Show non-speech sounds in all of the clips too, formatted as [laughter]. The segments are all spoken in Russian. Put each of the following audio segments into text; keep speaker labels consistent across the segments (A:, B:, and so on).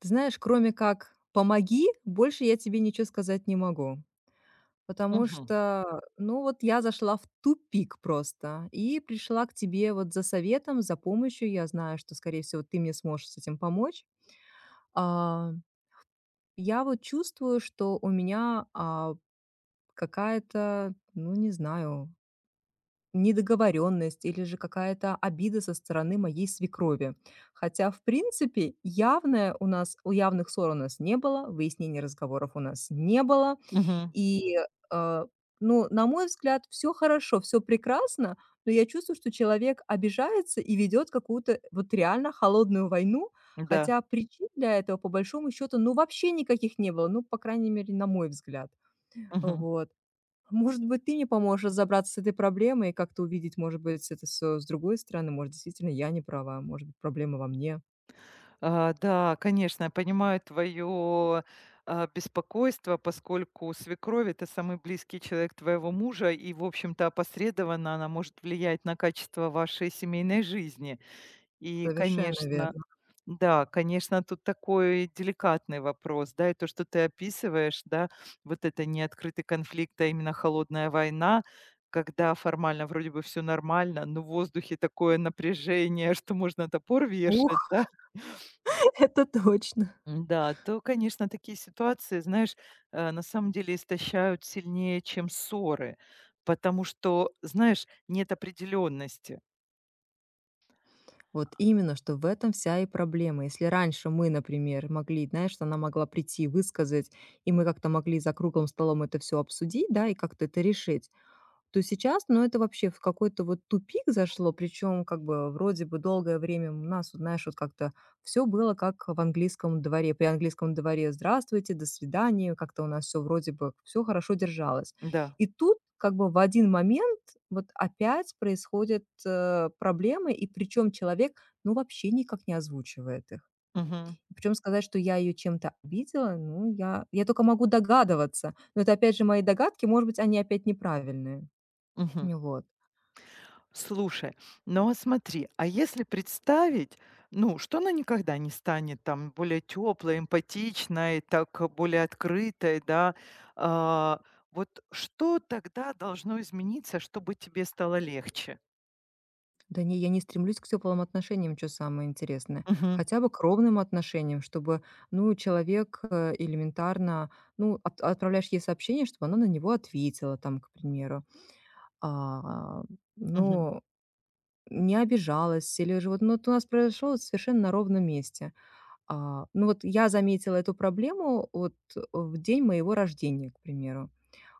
A: Ты знаешь, кроме как «помоги», больше я тебе ничего сказать не могу, потому
B: Мгм.
A: что, ну, вот я зашла в тупик просто и пришла к тебе вот за советом, за помощью. Я знаю, что, скорее всего, ты мне сможешь с этим помочь. А, я вот чувствую, что у меня, какая-то, ну, не знаю, недоговоренность или же какая-то обида со стороны моей свекрови. Хотя, в принципе, у явных ссор у нас не было, выяснений разговоров у нас не было.
B: Мгм.
A: И, э, ну, на мой взгляд, все хорошо, все прекрасно, но я чувствую, что человек обижается и ведет какую-то вот реально холодную войну,
B: Да.
A: хотя причин для этого, по большому счету, ну, вообще никаких не было, ну, по крайней мере, на мой взгляд.
B: Мгм.
A: Вот. Может быть, ты мне поможешь разобраться с этой проблемой и как-то увидеть, может быть, это все с другой стороны. Может, действительно, я не права, может быть, проблема во мне.
B: А, да, конечно, я понимаю твое, беспокойство, поскольку свекровь - это самый близкий человек твоего мужа, и, в общем-то, опосредованно она может влиять на качество вашей семейной жизни. И,
A: Совершенно
B: конечно,
A: верно.
B: да, конечно, тут такой деликатный вопрос, да, и то, что ты описываешь, да, вот это не открытый конфликт, а именно холодная война, когда формально вроде бы все нормально, но в воздухе такое напряжение, [laughs] что можно топор
A: Ух,
B: вешать, да.
A: [laughs] это точно.
B: Да, то, конечно, такие ситуации, знаешь, на самом деле истощают сильнее, чем ссоры, потому что, знаешь, нет определенности.
A: Вот именно, что в этом вся и проблема. Если раньше мы, например, могли, знаешь, что она могла прийти, высказать, и мы как-то могли за круглым столом это все обсудить, да, и как-то это решить, то сейчас, ну, это вообще в какой-то вот тупик зашло, причем как бы вроде бы долгое время у нас, вот знаешь, вот как-то все было как в английском дворе, при английском дворе «здравствуйте», «до свидания», как-то у нас все вроде бы все хорошо держалось.
B: Да.
A: И тут как бы в один момент вот опять происходят проблемы, и причем человек, ну, вообще никак не озвучивает их.
B: Мгм.
A: Причем сказать, что я ее чем-то обидела, ну, я только могу догадываться. Но это, опять же, мои догадки, может быть, они опять неправильные.
B: Мгм.
A: Ну вот.
B: Слушай, ну а смотри, а если представить, ну, что она никогда не станет там более теплой, эмпатичной, так более открытой, да, а, вот что тогда должно измениться, чтобы тебе стало легче?
A: Да не, я не стремлюсь к теплым отношениям, что самое интересное.
B: Мгм,
A: Хотя бы к ровным отношениям, чтобы, ну, человек, элементарно, ну, от отправляешь ей сообщение, чтобы она на него ответила там, к примеру. А,
B: мгм,
A: ну, не обижалась или же вот, ну, вот у нас произошло совершенно на ровном месте. Ну, вот я заметила эту проблему вот в день моего рождения, к примеру.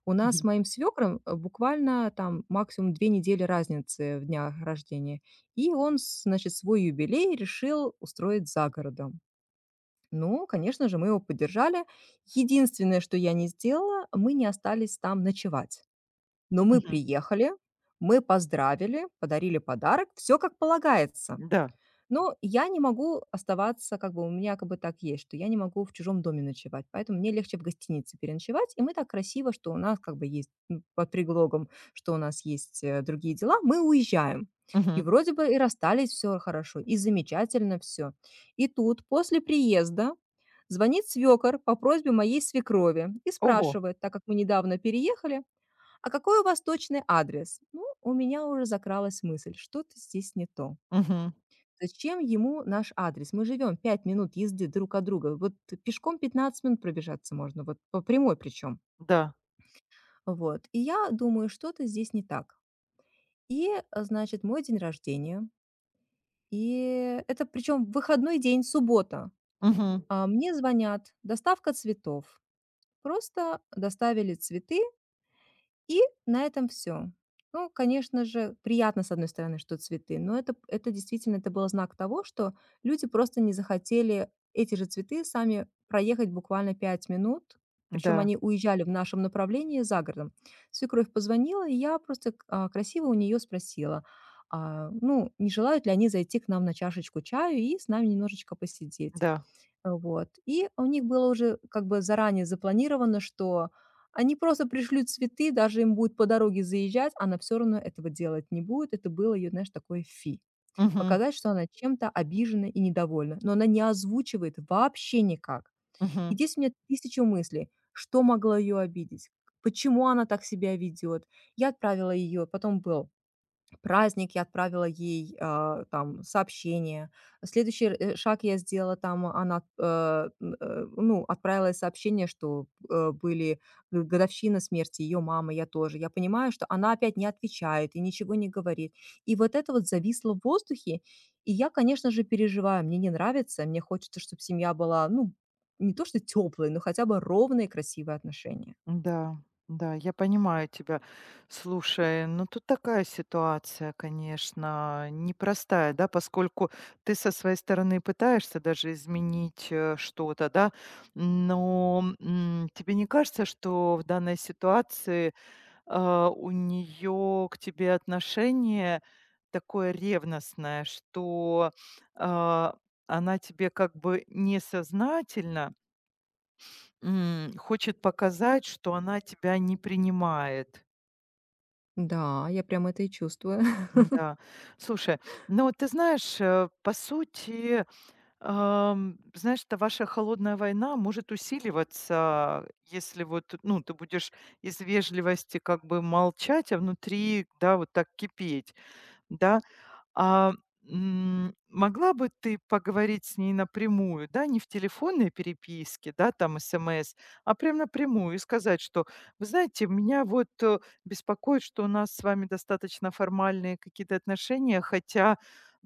A: У нас с
B: мгм,
A: моим свекром буквально там максимум 2 недели разницы в днях рождения. И он, значит, свой юбилей решил устроить за городом. Ну, конечно же, мы его поддержали. Единственное, что я не сделала, мы не остались там ночевать. Но мы
B: мгм.
A: приехали, мы поздравили, подарили подарок, все как полагается.
B: Да.
A: Но я не могу оставаться, как бы у меня как бы так есть, что я не могу в чужом доме ночевать, поэтому мне легче в гостинице переночевать. И мы так красиво, что у нас как бы есть ну, под предлогом, что у нас есть другие дела, мы уезжаем. И
B: Мгм.
A: вроде бы и расстались все хорошо, и замечательно все. И тут после приезда звонит свекор по просьбе моей свекрови и
B: Ого.
A: спрашивает, так как мы недавно переехали, а какой у вас точный адрес? Ну, у меня уже закралась мысль, что-то здесь не то.
B: Мгм.
A: Зачем ему наш адрес? Мы живем 5 минут езды друг от друга. Вот пешком 15 минут пробежаться можно, вот по прямой причем.
B: Да.
A: Вот. И я думаю, что-то здесь не так. И, значит, мой день рождения. И это причем выходной день, суббота.
B: Мгм.
A: А мне звонят, доставка цветов. Просто доставили цветы, и на этом все. Ну, конечно же, приятно, с одной стороны, что цветы, но это действительно, это был знак того, что люди просто не захотели эти же цветы сами проехать буквально 5 минут, причем
B: Да,
A: они уезжали в нашем направлении за городом. Свекровь позвонила, и я просто красиво у нее спросила, ну, не желают ли они зайти к нам на чашечку чаю и с нами немножечко посидеть.
B: да.
A: Вот. И у них было уже как бы заранее запланировано, что они просто пришлют цветы, даже им будет по дороге заезжать, она все равно этого делать не будет. Это было ее, знаешь, такое фи.
B: Мгм,
A: Показать, что она чем-то обижена и недовольна, но она не озвучивает вообще никак.
B: мгм.
A: И здесь у меня тысяча мыслей: что могло ее обидеть? Почему она так себя ведет. Я отправила ее, потом был праздник, я отправила ей, там, сообщение. Следующий шаг я сделала, там она, ну, отправила ей сообщение, что, были г годовщина смерти ее мамы, я тоже. Я понимаю, что она опять не отвечает и ничего не говорит. И вот это вот зависло в воздухе, и я, конечно же, переживаю. Мне не нравится, мне хочется, чтобы семья была, ну, не то что теплые, но хотя бы ровные, красивые отношения.
B: Да, да, я понимаю тебя. Слушай, ну тут такая ситуация, конечно, непростая, да, поскольку ты со своей стороны пытаешься даже изменить что-то, да, но тебе не кажется, что в данной ситуации у нее к тебе отношение такое ревностное, что а, она тебе как бы несознательно хочет показать, что она тебя не принимает.
A: Да, я прям это и чувствую. [laughs]
B: Да. Слушай, ну, вот ты знаешь, по сути, знаешь, эта ваша холодная война может усиливаться, если вот, ну, ты будешь из вежливости как бы молчать, а внутри, да, вот так кипеть, да. А, могла бы ты поговорить с ней напрямую, да, не в телефонной переписке, да, там смс, а прям напрямую и сказать, что, вы знаете, меня вот беспокоит, что у нас с вами достаточно формальные какие-то отношения, хотя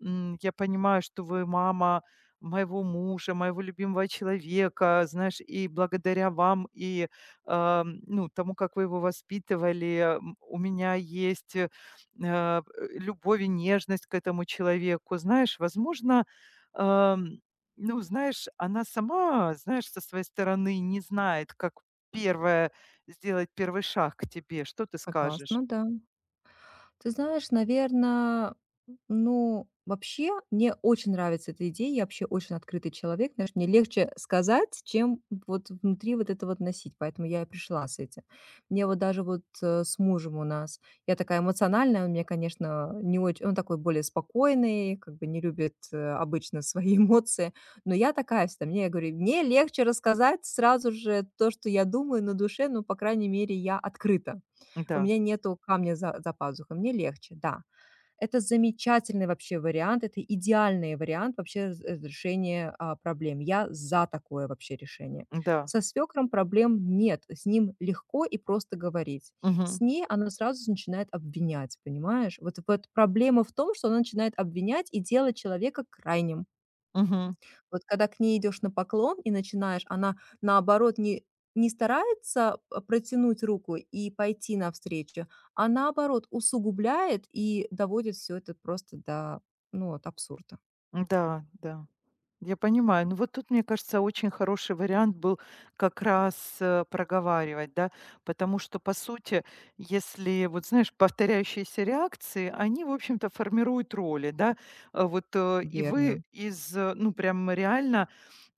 B: я понимаю, что вы мама моего мужа, моего любимого человека, знаешь, и благодаря вам и ну, тому, как вы его воспитывали, у меня есть Э, любовь и нежность к этому человеку. Знаешь, возможно, эм, ну, знаешь, она сама, знаешь, со своей стороны не знает, как первое сделать первый шаг к тебе. Что ты скажешь?
A: Согласна, да. Ты знаешь, наверное, ну, вообще мне очень нравится эта идея. Я вообще очень открытый человек. Знаешь, мне легче сказать, чем вот внутри вот это вот носить. Поэтому я и пришла с этим. Мне вот даже вот, с мужем у нас я такая эмоциональная, он мне, конечно, не очень. Он такой более спокойный, как бы не любит, обычно свои [laughs] эмоции. Но я такая всегда. Мне, я говорю, мне легче рассказать сразу же то, что я думаю на душе, ну, по крайней мере, я открыта. У
B: Да,
A: меня нету камня за пазухой, мне легче, да. Это замечательный вообще вариант, это идеальный вариант вообще разрешения, проблем. Я за такое вообще решение.
B: да.
A: Со свекром проблем нет, с ним легко и просто говорить.
B: Мгм,
A: С ней она сразу начинает обвинять, понимаешь? Вот проблема в том, что она начинает обвинять и делать человека крайним.
B: мгм.
A: Вот когда к ней идешь на поклон и начинаешь, она, наоборот, не старается, протянуть руку и пойти навстречу, а наоборот усугубляет и доводит все это просто до, ну, вот абсурда.
B: Да, да. Я понимаю. Ну вот тут, мне кажется, очень хороший вариант был как раз проговаривать, да, потому что, по сути, если, вот знаешь, повторяющиеся реакции, они, в общем-то, формируют роли, да, и вы
A: Верно.
B: из, ну прям реально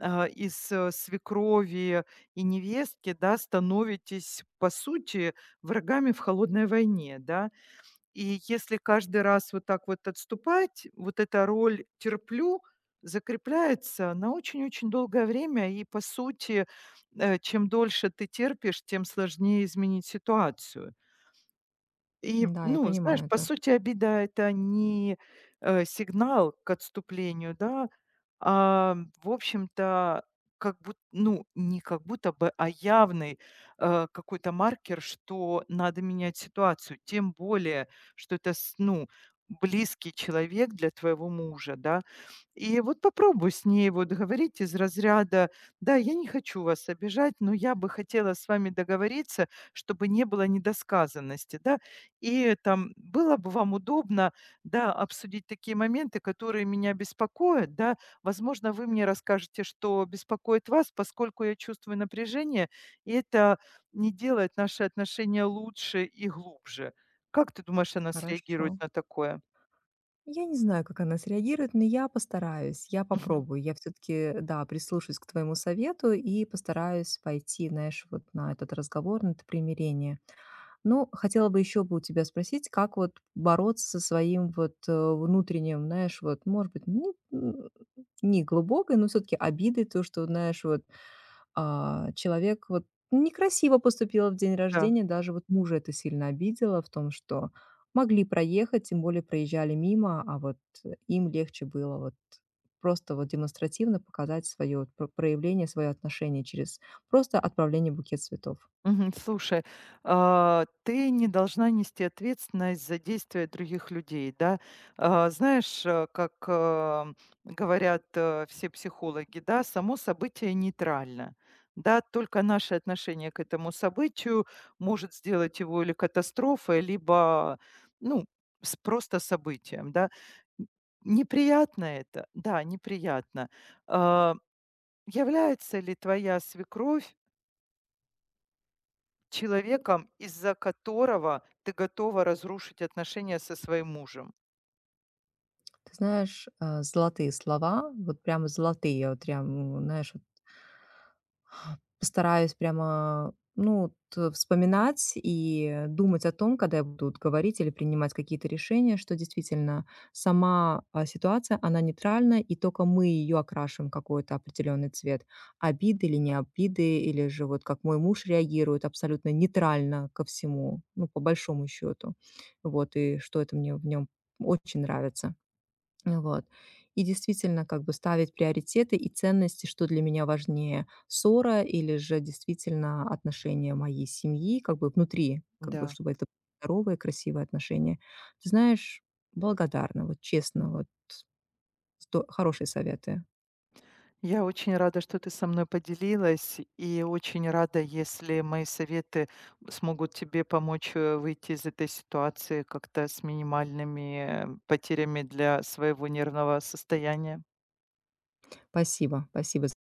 B: свекрови и невестки, да, становитесь, по сути, врагами в холодной войне, да, и если каждый раз вот так вот отступать, вот эта роль "терплю" закрепляется на очень-очень долгое время. И, по сути, чем дольше ты терпишь, тем сложнее изменить ситуацию. И,
A: Да, я
B: ну, знаешь,
A: понимаю
B: по
A: это.
B: сути, обида - это не, сигнал к отступлению, да, а, в общем-то, как бут ну, не как будто бы, а явный, какой-то маркер, что надо менять ситуацию. Тем более, что это с ну, близкий человек для твоего мужа, да. И вот попробуй с ней вот говорить из разряда: "Да, я не хочу вас обижать, но я бы хотела с вами договориться, чтобы не было недосказанности". Да, и там было бы вам удобно, да, обсудить такие моменты, которые меня беспокоят, да. Возможно, вы мне расскажете, что беспокоит вас, поскольку я чувствую напряжение, и это не делает наши отношения лучше и глубже. Как ты думаешь, она
A: Хорошо.
B: среагирует на такое?
A: Я не знаю, как она среагирует, но я постараюсь, я
B: Мгм.
A: попробую. Я все таки да, прислушаюсь к твоему совету и постараюсь пойти, знаешь, вот на этот разговор, на это примирение. Ну, хотела бы еще бы у тебя спросить, как вот бороться со своим вот внутренним, знаешь, вот, может быть, м, не глубокой, но все-таки обидой, то, что, знаешь, вот человек вот некрасиво поступил в день
B: Да.
A: рождения, даже вот мужа это сильно обидело в том, что могли проехать, тем более проезжали мимо, а вот им легче было вот просто вот демонстративно показать свое проявление, свое отношение через просто отправление букет цветов.
B: Мгм. Слушай, ты не должна нести ответственность за действия других людей, да. А, знаешь, как говорят все психологи, да, само событие нейтрально. Да, только наше отношение к этому событию может сделать его или катастрофой, либо, ну, с просто событием, да. Н- Неприятно это, да, неприятно. А, является ли твоя свекровь человеком, из-за которого ты готова разрушить отношения со своим мужем.
A: Ты знаешь, золотые слова, вот прямо золотые. Я вот прям, знаешь, вот постараюсь прямо, ну, вот вспоминать и думать о том, когда я буду вот говорить или принимать какие-то решения, что действительно сама, ситуация, она нейтральна, и только мы ее окрашиваем в какой-то определенный цвет. Обиды или не обиды, или же вот как мой муж реагирует абсолютно нейтрально ко всему, ну, по большому счету. Вот, и что это мне в нем очень нравится. Вот. И действительно, как бы ставить приоритеты и ценности, что для меня важнее: ссора или же действительно отношения моей семьи, как бы внутри, как бы
B: Да.
A: чтобы это были здоровые, красивые отношения. Ты знаешь, благодарна, вот честно, вот сто хорошие советы.
B: Я очень рада, что ты со мной поделилась, и очень рада, если мои советы смогут тебе помочь выйти из этой ситуации как-то с минимальными потерями для своего нервного состояния.
A: Спасибо, спасибо